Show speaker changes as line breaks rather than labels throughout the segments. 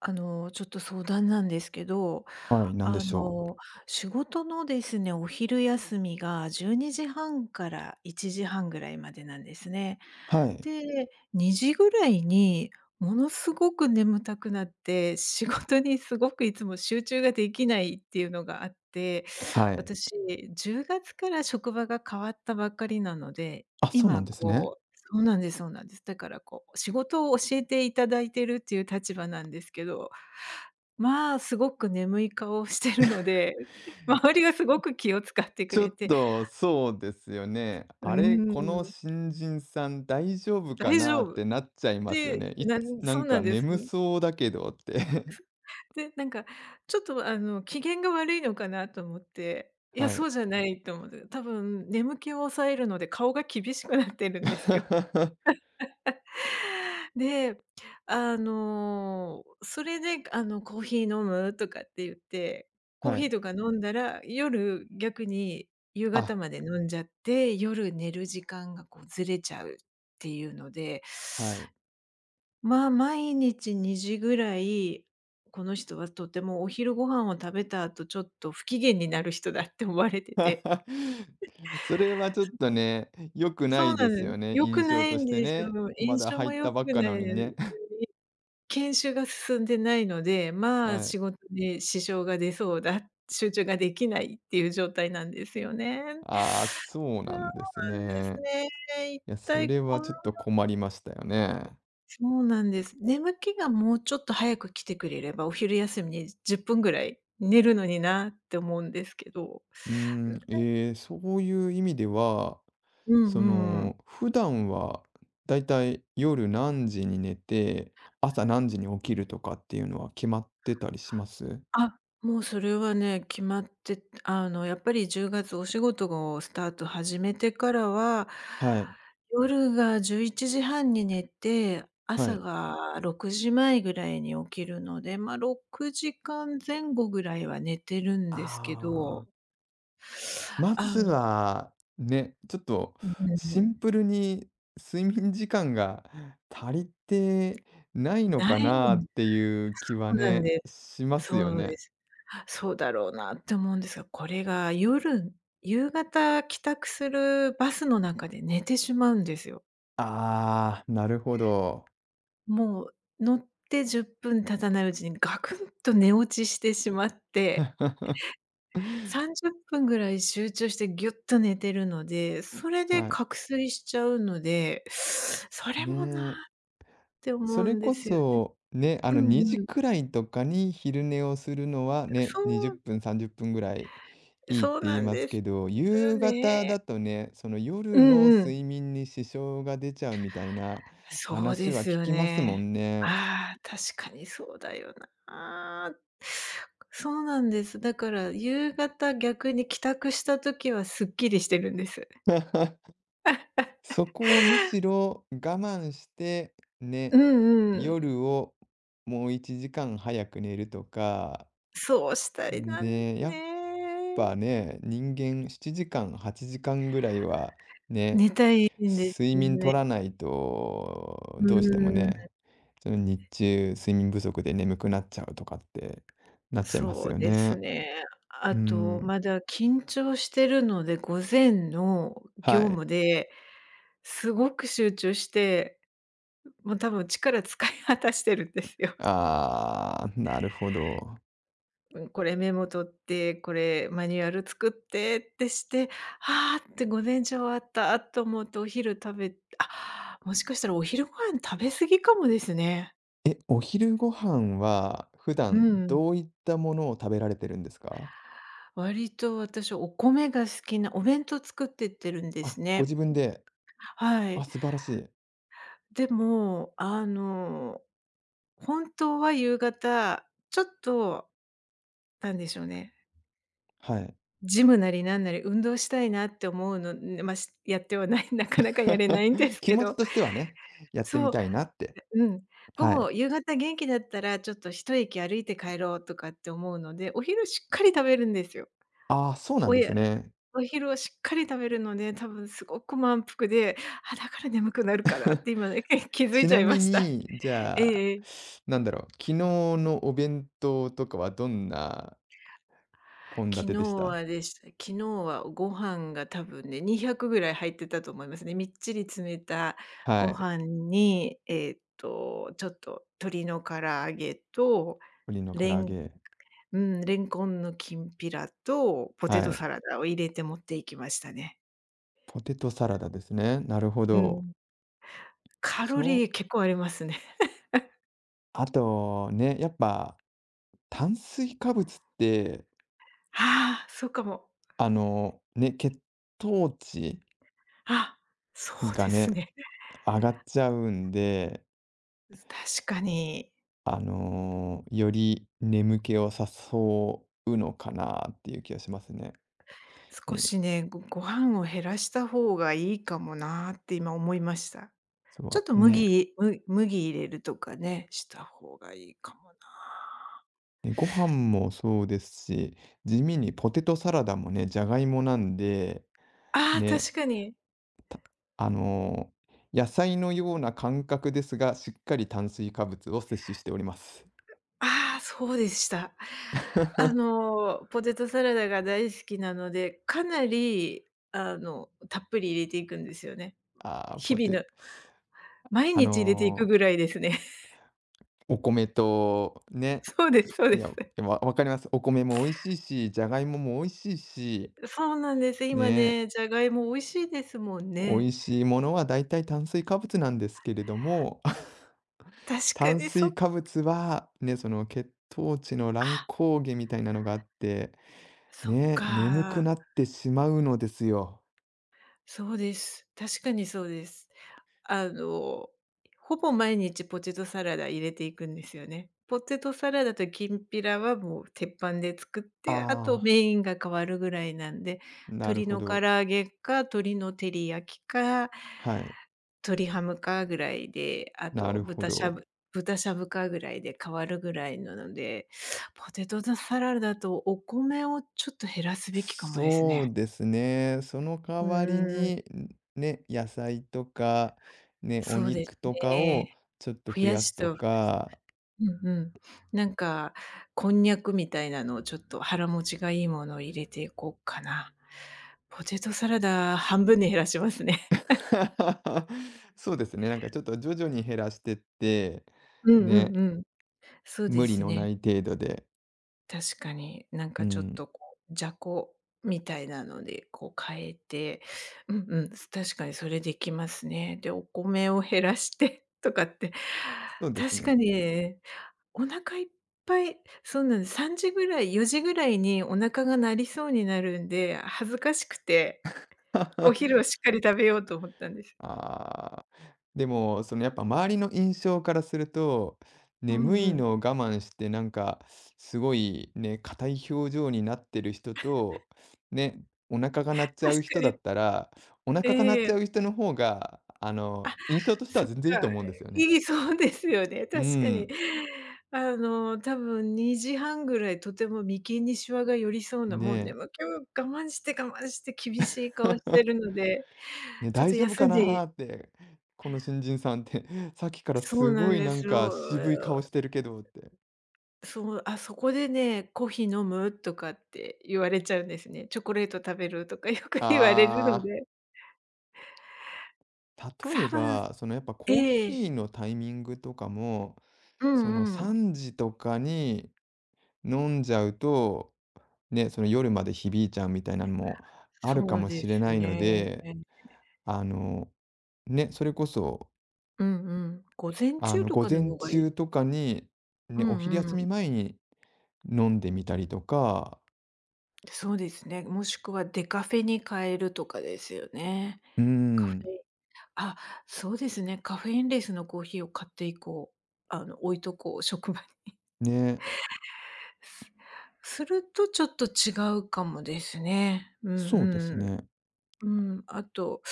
ちょっと相談なんですけど、
はい、なんで
あ
しょう。
の、仕事のですね、お昼休みが12時半から1時半ぐらいまでなんですね。
はい。
で、2時ぐらいにものすごく眠たくなって、仕事にすごくいつも集中ができないっていうのがあって、
はい。
私10月から職場が変わったばっかりなので、
あ、そうな
今
んですね。
こうそうなんです、そうなんです。だからこう仕事を教えていただいてるっていう立場なんですけど、まあ、すごく眠い顔をしてるので、周りがすごく気を使ってく
ちょ
れ
っ
て、
と、そうですよね。
うー
あれ、この
ん、
新人さん大丈夫か
大丈
なっ
夫っ
てなっちゃいますよ
て、
ね。いつな
そ
ん
うな
か
んです。
眠そうだけどって。
で、なんかちょっと機嫌が悪いのかなと思って、いや、
はい。
そうじゃないと思って、多分眠気を抑えるので顔が厳しくなってるんですよ。で、それで、「コーヒー飲む？」とかって言って、コー
は
ヒー
い。
とか飲んだら、夜逆に夕方
あ、
まで飲んじゃって、夜寝る時間がこうずれちゃうっていうので、
はい。
まあ、毎日2時ぐらい、この人はとてもお昼ご飯を食べた後、ちょっと不機嫌になる人だって思われてて。
それはちょっとね、良くな
そう
いで
なん
す
です。
よね、
良く
印
な
象
い
とし
ん
て
ですよ。
ね。ま
炎
だ
症
入っ
も良
たばっ
く
か
な
なのにね。
い 研修が進んでないので、まあ、
はい。
仕事に支障が出そうだ、集中ができないっていう状態なんですよね。
ああ、そう
そう
な
な
んです
んです
ね。
ね。一
いや、そ
体
れ
こ
は
の
ちょっと困りましたよね。
そうなんです。眠気がもうちょっと早く来てくれれば、お昼休みに10分ぐらい寝るのになって思うんですけど。
ええ、そういう意味では、
う
そ
んうん。
の、普段はだいたい夜何時に寝て、朝何時に起きるとかっていうのは決まってたりします？
あ、もうそれはね、決まってやっぱり10月お仕事をスタート始めてからは、
はい、
夜が11時半に寝て、
は
朝
い。
が6時前ぐらいに起きるので、まあ、6時間前後ぐらいは寝てるんですけ
ああ、
ど、
ま
あ
ず
の
は、ね、ちょっと
う
シン
ん、
プルに睡眠時間が足りてないの
ない
かなっていう気は
そうなん
ね、
で
しま
す。
すよ
そうで
ね。
す。そうだろうなって思うんですが、これが夕方帰宅するバスの中で寝てしまうんですよ。
ああ、なるほど。
もう乗って10分経たないうちにガクンと寝落ちしてしまって、30分ぐらい集中してギュッと寝てるので、それで
はい。
覚睡しちゃうので、それ
ね
もな
え、
って
そ
思う
れ
んで
こ
すよね。
そ、ね、
う
2
ん
時
うん。
くらいとかに昼寝をするのはね、
そ
20分、30分ぐらい
う、
いいって
そう
言
な
い
ん
ます
で
け
す
ど、
よ
夕方
ね。
だとね、その夜
う
の
んうん。
睡眠に支障が出ちゃうみたいな
そう
話
で
は
す
聞
よ
きますも
ね。
んね。
ああ、確かにそうだよな。そうなんです。だから夕方逆に帰宅した時はすっきりしてるんです。
そこをむしろ我慢して、
う
ね、
んうん。
夜をもう1時間早く寝るとか、
そうしたいな、
ね、やっ
ね。
ぱね、人間7時間、8時間ぐらいはね、
寝たいんで
睡
すよ
眠取
ね。
らないと、
う
どうしても
ん、
ね、その日中睡眠不足で眠くなっちゃうとかってなっちゃいます
そう
よ
です
ね。
ね。
う
あ
ー
と、
ん、
まだ緊張してるので、午前の
は
業
い。
務ですごく集中して、もう多分力使い果たしてるんですよ。
ああ、なるほど。
うん、これメモ取って、これマニュアル作ってってして、あーって午前中終わったと思うとお昼食べあ、もしかしたらお昼ご飯食べ過ぎかもですね。
え、お昼ご飯は普
う
段
ん。
どういったものを食べられてるんですか？
割と私お米が好きなお弁当作ってってるんで
あ、
す
ご自
ね。
分で。
は
あ、
い。
素晴らしい。
でも、本当は夕方、ちょっとなんでしょうね、
はい。
ジムなりなんなり運動したいなって思うの、ねまあ、しやってはない、なかなかやれないんで す
気
け
持ち
ど、
としてはね、やってみ
そう、
たいなって。
うん。午
はい。
後、夕方元気だったら、ちょっと一駅歩いて帰ろうとかって思うので、お昼しっかり食べるんですよ。
ああ、そうなん
お
です
や
ね。
お昼をしっかり食べるので、多分すごく満腹で、あ、だから眠くなるかなって今ね、気づい
ち
ちゃ
な
いま
み
した。
に、じ
え
ゃ
え
あ、
ええ。
なんだろう、昨日のお弁当とかはどんな献立でした？
昨日はご飯が多分ね、200ぐらい入ってたと思いますね。みっちり詰めた
は
ご
い。
飯に、ちょっと鶏の唐揚げと、
鶏の唐
レ
揚
ン
げ、
うん、レンコンのきんぴらとポテ
は
ト
い。
サラダを入れて持って行きましたね。
ポテトサラダですね。なるほ
う
ど。
ん。カロ
そ
リー
う、
結構ありますね。
あとね、やっぱ炭水化物って、
ああ、そうかも。
ね、血糖値
あ、そう
が
です
ね、
ね。
上がっちゃうんで、
確かに、
より眠気を誘うのかなっていう気がしますね。
少
え、
しね、ご飯を減らした方がいいかもなって今思いました。ちょっ
そ
と
う、ね、
麦入れるとかね、した方がいいかもな。
え、ご飯もそうですし、地味にポテトサラダもね、じゃがいもなんで、
ああ、
ね、
確かに。
あの、野菜のような感覚ですが、しっかり炭水化物を摂取しております。
ああ、そうでした。ポテトサラダが大好きなので、かなり、たっぷり入れていくんですよね。
ああ、
日
ポテ
々の毎
あ
日入れていく
の、
ぐらいですね。
お米とね、
そうですそう
い
で
や、
す。
わ分かります。お米も美味しいし、じゃがいもも美味しいし、
そうなんです。今
ね、
ね、じゃがいも美味しいですもん
美
ね。
味しいものは大体炭水化物なんですけれども
確か
炭
に
水
そ
化物は、ね、その血糖値の乱
あ、
高下みたいなのがあって、
そっ
ね、眠く
か。
なってしまうのですよ。
そうです。確かにそうです。あの、ほぼ毎日ポテトサラダ入れていくんですよね。ポテトサラダときんぴらはもう鉄板で作っ
あ
て、あとメ
あ、
インが変わるぐらいなんで、
なる
鶏
ほ
の唐
ど。
揚げか、鶏の照り焼きか、
はい、
鶏ハムかぐらいで、あ
な
と
るほ
豚しゃ
ど。
ぶ豚しゃぶかぐらいで変わるぐらいなので、ポテトサラダとお米をちょっと減らすべきかもです
そ
ね。
うですね。その
う
代
ー
わり
ん、
に、んね、野菜とか、ね、お
そうです
肉とか
ね。
をちょっと
増
増
や
やす
し
と
と
か。
うんうん。なんか、こんにゃくみたいなのをちょっと腹持ちがいいものを入れていこうかな。ポテトサラダ、半分に減らしますね。
そうですね、なんかちょっと徐々に減らしてって、
うんう
ね、
んうん。そうで
無理
す
のな
ね。
い程度で。
確かに、なん
う
かちょっ
ん。
とこう、じゃこみたいなので、こう変えて、うんうん、確かにそれできますね。で、お米を減らしてとかって、
そうです
確か
ね。
にお腹いっぱい、そうなんです。3時ぐらい、4時ぐらいにお腹が鳴りそうになるんで、恥ずかしくて、お 昼をしっかり食べようと思ったんです。
ああ、でも、そのやっぱ周りの印象からすると、
うん
眠い
うん。
のを我慢して、なんかすごいね、硬い表情になってる人と、ね、お腹が鳴っちゃ
確
う
か
人だ
に。
ったら、お腹が鳴っ
ええ、
ちゃう人の方が、印象としては
そっ
全然いいと
か。
思うんですよね。
そうですよね、
う
確かに。
ん、
多分2時半ぐらい、とても眉間にシワが寄りそうな、もう
ねえ。
眠気を我慢して我慢して厳しい顔してる ので、
ね、
ちょっ
大
と
丈夫
休
か
んで
なーって、この新人さんって、さっきから
そう
す
な
ご
ん
い
で
なん
すよ。
か渋い顔してるけどって。
そう、あ、そこでね、コーヒー飲む？とかって言われちゃうんですね。チョコレート食べる？とか よく言われるの
ああ。
で、
例え
多分、
ば、そのやっぱコー
え
ヒ
え。
ーのタイミングとかも、
うん
その
うん。
3時とかに飲んじゃうと、ね、その夜まで響いちゃうみたいなのもあるか
そう
も
で
しれ
す
ないの
ね。
で、あの、ね、それこそ、
うんうん。午前中と
午
かの
前
方がいい。
中とかに、
う
ね、お昼
んう
休み
ん。
前に飲んでみたりとか、
そうですね、もしくはデカフェに変えるとかですよね。
うー
カフ
ん、
ェあ、そうですね、カフェインレスのコーヒーを買っていこう。置いとこう、職場に。
ね、
するとちょっと違うかもですね。うん
そうです
うん。
ね。
うん、あと、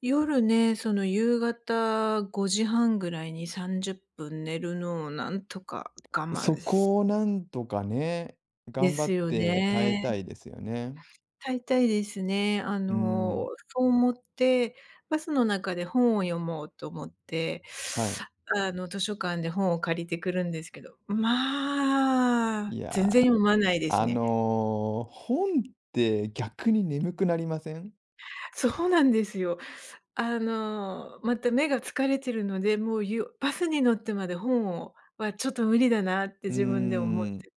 夜ね、その夕方5時半ぐらいに30分寝るのをなんとか我
そ
慢
こ
す
をなんとかね、
で
頑張
す
っ
よ
て耐え
ね。
たいですよね。
大体ですね、
うん。
そう思って、バスの中で本を読もうと思って、
はい。
図書館で本を借りてくるんですけど、ま
い
あ、
や
全然
ー、
読まないですね。
本って逆に眠くなりません？
そうなんですよ。また目が疲れてるので、もうバスに乗ってまで本をはちょっと無理だなって
うー
自分で思っ
ん。
て、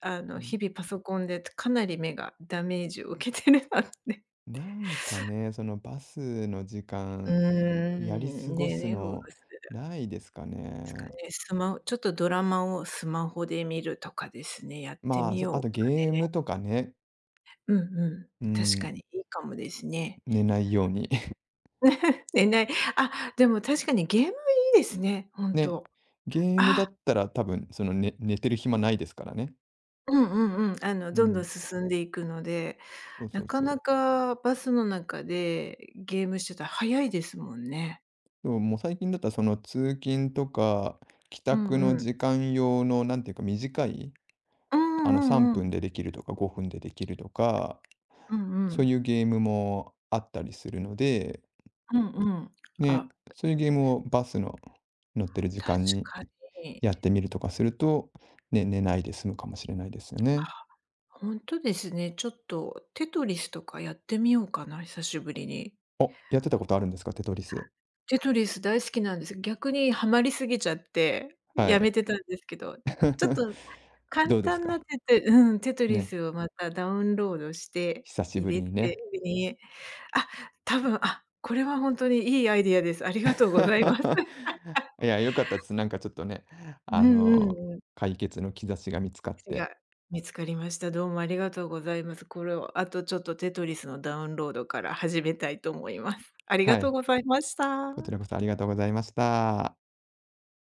日々パソコンでかなり目がダメージを受けてるなって。
なんかね、そのバスの時
う
間、
ー
やり過
ん、
ごす
ね、そで
の
す
ないですか
ですか
ね。
ね。スマホちょっとドラマをスマホで見るとかですね、やってみ
あ
よう
と
か
ゲー
ね。
ムとかね、
うんうん。
う
確か
ん、
にいいかもですね。
寝ないように。
ね、ないあ、でも確かにゲームいいですね、ほん
ね、
と。
ゲームだ
ああ。
ったら多分その寝、ね寝てる暇ないですからね。
うんうんうん。あの、
う
どんどん
ん、
進んでいくので、
そうそ
な
う
か
そう。
なかバスの中でゲームしてたら早いですもんね。
でも、もう最近だったらその通勤とか、帰
うん
宅の
うん。
時間用の、なんていうか短い
うんう
3
んうん。
分でできるとか5分でできるとか、
うんう
そう
ん。
いうゲームもあったりするので、
うんうん。
ね、
あ、
そういうゲームをバスの乗ってる時
確
間に
かに。
やってみるとかすると、ね、寝ないで済むかもしれないですよね。
ほんとですね。ちょっとテトリスとかやってみようかな、久しぶりに。
お、やってたことあるんですか？テトリス。
テトリス大好きなんです。逆にハマりすぎちゃって
は
やめ
い。
てたんですけど、ちょっ と簡
どうです
単な
か？
テテうん、テトリ
ね、
スをまたダウンロードして
久し
入
ぶり
れ
に
て、
ね。
にあ、多分、あ、これはほんとにいいアイディアです。ありがとうございます。
いや、良かったです。なんかちょっとね、
う
あ
んう
の、
んうん。
解決の兆しが見つかっ
ち
て。
が見つかりました。どうもありがとうございます。これをあとちょっとテトリスのダウンロードから始めたいと思います。ありが
は
とう
い、
ございました。
こちらこそありがとうございました。